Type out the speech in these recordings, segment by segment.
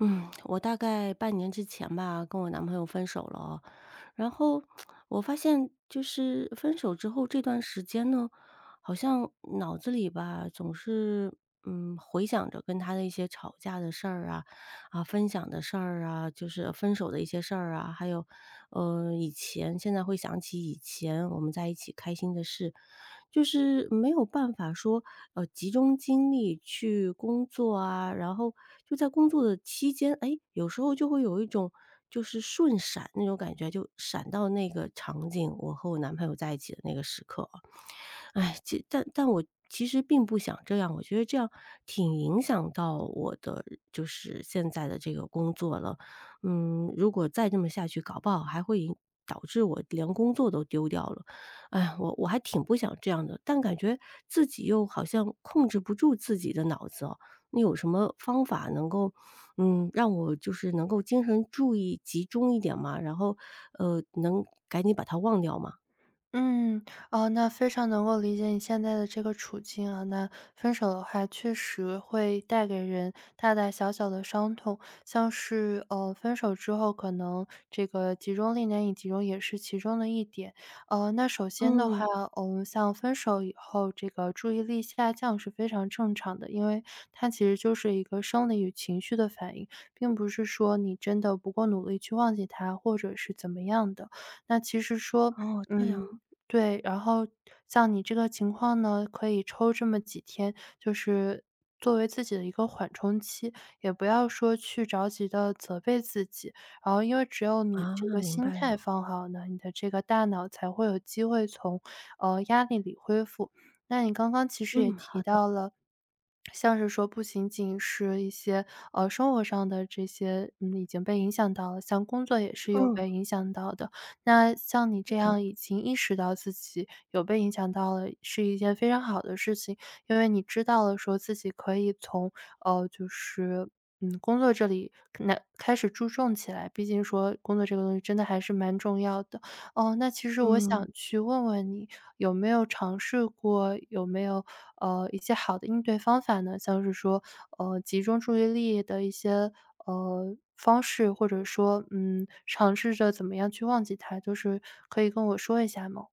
嗯，我大概半年之前吧，跟我男朋友分手了哦，然后我发现就是分手之后这段时间呢，好像脑子里吧总是回想着跟他的一些吵架的事儿啊，啊，分享的事儿啊，就是分手的一些事儿啊，还有，以前现在会想起以前我们在一起开心的事，就是没有办法说，集中精力去工作啊，然后就在工作的期间，哎，有时候就会有一种就是瞬闪那种感觉，就闪到那个场景，我和我男朋友在一起的那个时刻。哎，但我其实并不想这样，我觉得这样挺影响到我的就是现在的这个工作了。如果再这么下去，搞不好还会导致我连工作都丢掉了。哎，我还挺不想这样的，但感觉自己又好像控制不住自己的脑子哦。你有什么方法能够，让我就是能够精神注意集中一点嘛？然后，能赶紧把它忘掉吗？嗯，哦，那非常能够理解你现在的这个处境啊。那分手的话，确实会带给人大大小小的伤痛，像是分手之后可能这个集中力难以集中，也是其中的一点。那首先的话，嗯，像分手以后，这个注意力下降是非常正常的，因为它其实就是一个生理与情绪的反应，并不是说你真的不够努力去忘记它，或者是怎么样的。那其实说，哦，这嗯。样。对，然后像你这个情况呢，可以抽这么几天，就是作为自己的一个缓冲期，也不要说去着急的责备自己。然后因为只有你啊，这个明心白态了。放好呢，你的这个大脑才会有机会从，压力里恢复。那你刚刚其实也嗯，提好的，到了，像是说不仅仅是一些，生活上的这些，嗯，已经被影响到了，像工作也是有嗯，被影响到的。那像你是这的，样已经意识到自己有被影响到了，是一件非常好的事情，因为你知道了说自己可以从，呃，就是，嗯，工作这里那开始注重起来，毕竟说工作这个东西真的还是蛮重要的。哦，那其实我嗯想去问问你，有没有尝试过，一些好的应对方法呢？像是说，集中注意力的一些方式，或者说，嗯，尝试着怎么样去忘记它，就是可以跟我说一下吗？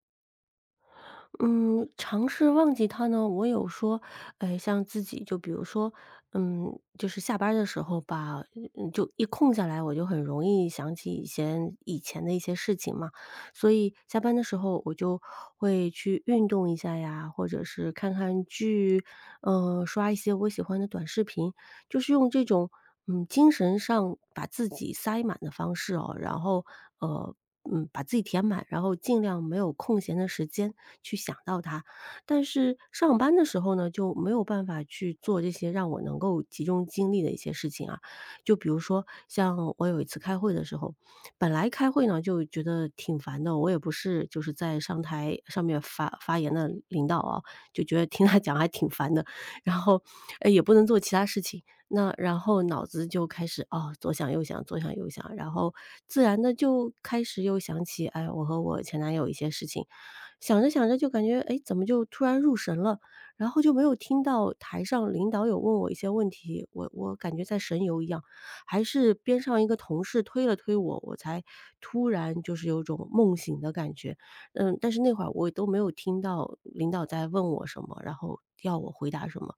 嗯，尝试忘记他呢，我有说，哎，像自己就比如说，嗯，就是下班儿的时候吧，就一空下来，我就很容易想起以前的一些事情嘛，所以下班的时候我就会去运动一下呀，或者是看看剧，刷一些我喜欢的短视频，就是用这种，精神上把自己塞满的方式哦，然后，呃，把自己填满，然后尽量没有空闲的时间去想到他。但是上班的时候呢，就没有办法去做这些让我能够集中精力的一些事情啊。就比如说像我有一次开会的时候，本来开会呢就觉得挺烦的，我也不是就是在上台上面发言的领导啊，就觉得听他讲还挺烦的，然后，也不能做其他事情。那然后脑子就开始，哦，左想右想左想右想，然后自然的就开始又想起，哎，我和我前男友一些事情。想着想着就感觉，哎，怎么就突然入神了，然后就没有听到台上领导有问我一些问题，我感觉在神游一样，还是边上一个同事推了推我，我才突然就是有种梦醒的感觉。但是那会儿我都没有听到领导在问我什么，然后要我回答什么，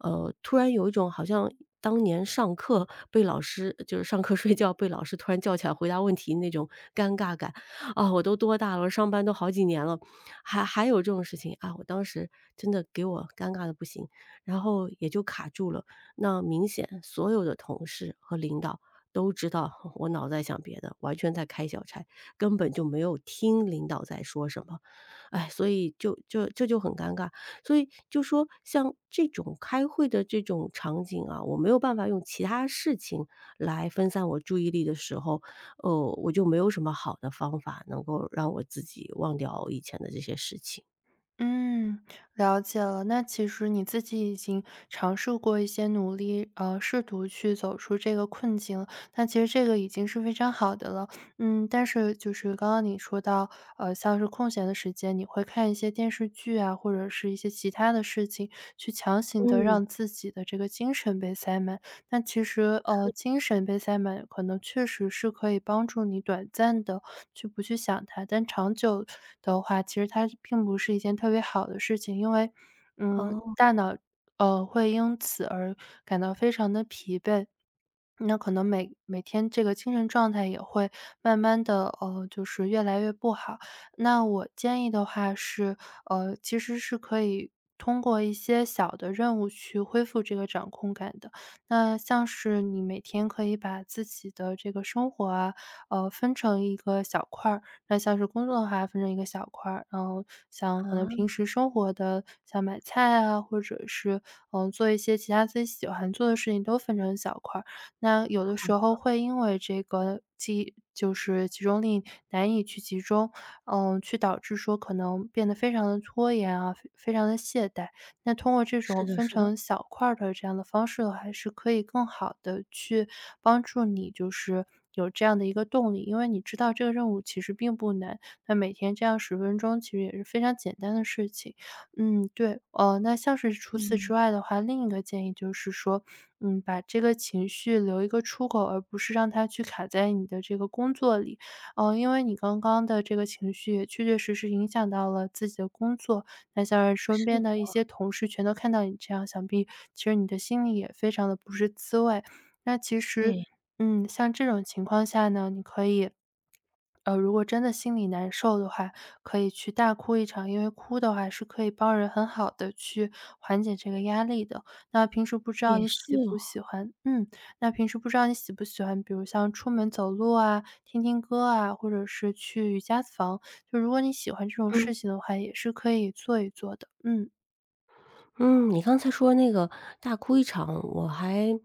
突然有一种好像当年上课被老师就是上课睡觉被老师突然叫起来回答问题那种尴尬感。啊，我都多大了，上班都好几年了，还有这种事情啊，我当时真的给我尴尬的不行，然后也就卡住了。那明显所有的同事和领导都知道我脑子在想别的，完全在开小差，根本就没有听领导在说什么。哎，所以就这就很尴尬。所以就说像这种开会的这种场景啊，我没有办法用其他事情来分散我注意力的时候，哦，我就没有什么好的方法能够让我自己忘掉以前的这些事情。嗯，了解了。那其实你自己已经尝试过一些努力，试图去走出这个困境了。那其实这个已经是非常好的了。嗯，但是就是刚刚你说到，像是空闲的时间，你会看一些电视剧啊，或者是一些其他的事情，去强行的嗯。让自己的这个精神被塞满。那其实，精神被塞满，可能确实是可以帮助你短暂的去不去想它，但长久的话，其实它并不是一件特别好的事情，因为，嗯，哦，大脑，会因此而感到非常的疲惫。那可能每每天这个精神状态也会慢慢的，就是越来越不好。那我建议的话是，其实是可以通过一些小的任务去恢复这个掌控感的。那像是你每天可以把自己的这个生活啊，分成一个小块儿，那像是工作的话分成一个小块儿，然后像可能啊，平时生活的，像买菜啊，或者是，嗯，做一些其他自己喜欢做的事情都分成小块儿。那有的时候会因为这个就是集中力难以去集中，嗯，去导致说可能变得非常的拖延啊，非常的懈怠。那通过这是种的分是的，成小块儿的这样的方式的话，是可以更好的去帮助你就是有这样的一个动力。因为你知道这个任务其实并不难，那每天这样十分钟其实也是非常简单的事情。嗯，对，哦，那像是除此之外的话，另一个建议就是说，嗯，把这个情绪留一个出口，而不是让它去卡在你的这个工作里。因为你刚刚的这个情绪也确确实实影响到了自己的工作，那像是身是边的一的，些同事全都看到你这样，想必其实你的心里也非常的不是滋味。那其实，对，嗯，像这种情况下呢，你可以如果真的心里难受的话，可以去大哭一场，因为哭的话是可以帮人很好的去缓解这个压力的。那平时不知道也你是喜不哦。喜欢嗯，那平时不知道你喜不喜欢，比如像出门走路啊、听听歌啊，或者是去瑜伽房，就如果你喜欢这种事情的话，也是可以做一做的，嗯。嗯，你刚才说那个大哭一场，我还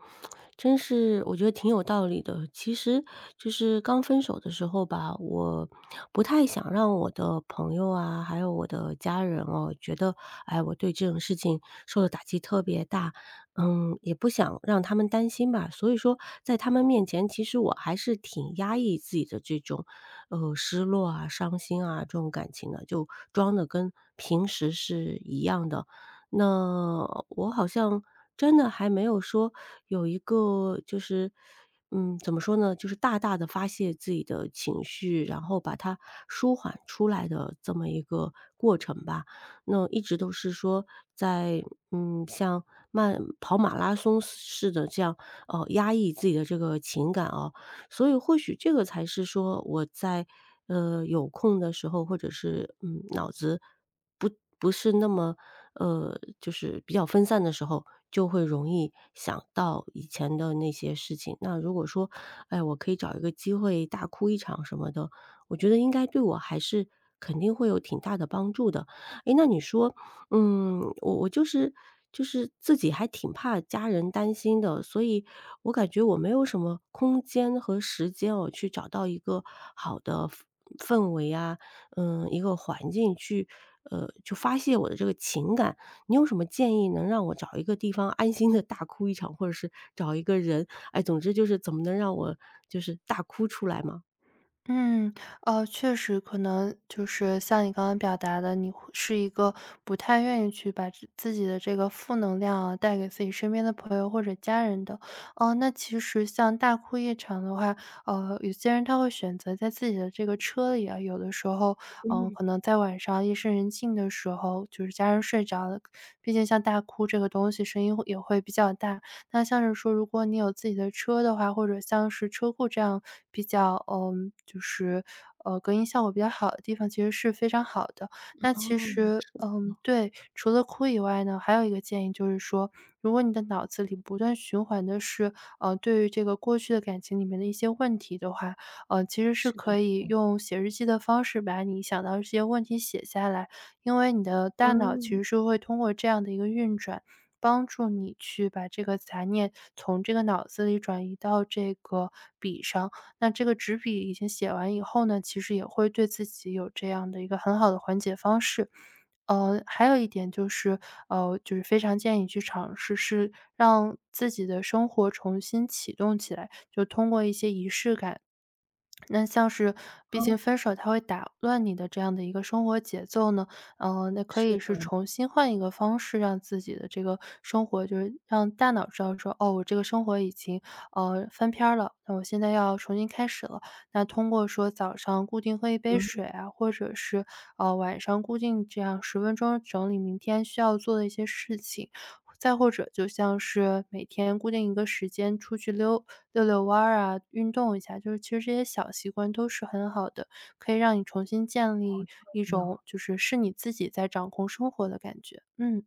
真是我觉得挺有道理的。其实就是刚分手的时候吧，我不太想让我的朋友啊，还有我的家人哦，觉得哎，我对这种事情受的打击特别大，也不想让他们担心吧。所以说，在他们面前，其实我还是挺压抑自己的这种失落啊、伤心啊这种感情的，就装的跟平时是一样的。那我好像真的还没有说有一个就是，怎么说呢，就是大大的发泄自己的情绪，然后把它舒缓出来的这么一个过程吧。那一直都是说在，像慢跑马拉松似的这样，压抑自己的这个情感啊。所以或许这个才是说我在，有空的时候，或者是，脑子不不是那么就是比较分散的时候，就会容易想到以前的那些事情。那如果说，哎，我可以找一个机会大哭一场什么的，我觉得应该对我还是肯定会有挺大的帮助的。哎，那你说，我就是自己还挺怕家人担心的，所以我感觉我没有什么空间和时间我去找到一个好的氛围啊，一个环境去，就发泄我的这个情感。你有什么建议能让我找一个地方安心的大哭一场，或者是找一个人，哎，总之就是怎么能让我就是大哭出来吗？嗯，确实可能就是像你刚刚表达的，你会是一个不太愿意去把自己的这个负能量啊，带给自己身边的朋友或者家人的。哦，那其实像大哭一场的话，有些人他会选择在自己的这个车里啊，有的时候，嗯，可能在晚上夜深人静的时候，就是家人睡着了，毕竟像大哭这个东西，声音会也会比较大，那像是说，如果你有自己的车的话，或者像是车库这样比较，嗯，就是隔音效果比较好的地方，其实是非常好的。那其哦，实，嗯，对，除了哭以外呢，还有一个建议就是说，如果你的脑子里不断循环的是，对于这个过去的感情里面的一些问题的话，其实是是的，可以用写日记的方式把你想到的这些问题写下来，因为你的大脑其嗯，实是会通过这样的一个运转。帮助你去把这个杂念从这个脑子里转移到这个笔上。那这个纸笔已经写完以后呢，其实也会对自己有这样的一个很好的缓解方式。还有一点就是，就是非常建议去尝试，是让自己的生活重新启动起来，就通过一些仪式感那像是毕哦，竟分手它会打乱你的这样的一个生活节奏呢，那可是以的，是重新换一个方式，让自己的这个生活就是让大脑知道说，哦，我这个生活已经，翻篇儿了，那我现在要重新开始了。那通过说早上固定喝一杯水啊，或者是，晚上固定这样十分钟整理明天需要做的一些事情，再或者就像是每天固定一个时间出去遛遛弯儿啊，运动一下，就是其实这些小习惯都是很好的，可以让你重新建立一有。种就是是你自己在掌控生活的感觉。嗯。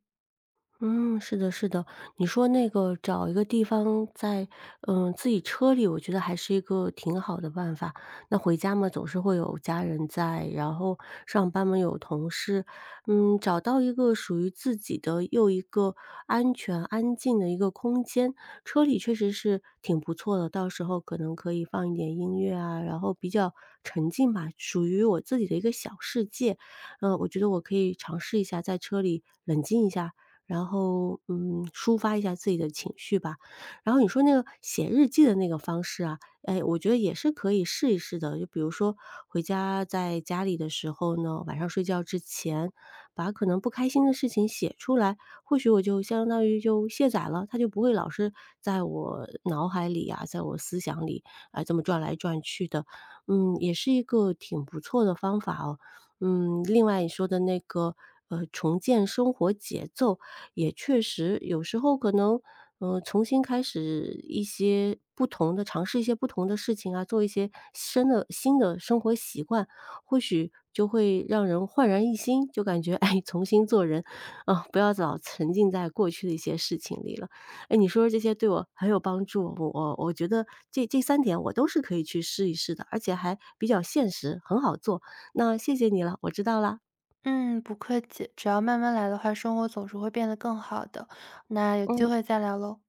嗯，是的，是的。你说那个找一个地方在，自己车里，我觉得还是一个挺好的办法。那回家嘛，总是会有家人在，然后上班嘛有同事，找到一个属于自己的又一个安全、安静的一个空间，车里确实是挺不错的。到时候可能可以放一点音乐啊，然后比较沉浸吧，属于我自己的一个小世界。我觉得我可以尝试一下在车里冷静一下。然后，抒发一下自己的情绪吧。然后你说那个写日记的那个方式啊，哎，我觉得也是可以试一试的。就比如说回家在家里的时候呢，晚上睡觉之前，把可能不开心的事情写出来，或许我就相当于就卸载了，它就不会老是在我脑海里啊，在我思想里啊这么转来转去的。也是一个挺不错的方法哦。另外你说的那个，重建生活节奏，也确实有时候可能，重新开始一些不同的尝试一些不同的事情啊，做一些新的生活习惯，或许就会让人焕然一新，就感觉，哎，重新做人，啊，不要老沉浸在过去的一些事情里了。哎，你说的这些对我很有帮助，我觉得这三点我都是可以去试一试的，而且还比较现实，很好做。那谢谢你了，我知道了，嗯，不客气，只要慢慢来的话，生活总是会变得更好的。那有机嗯。会再聊喽。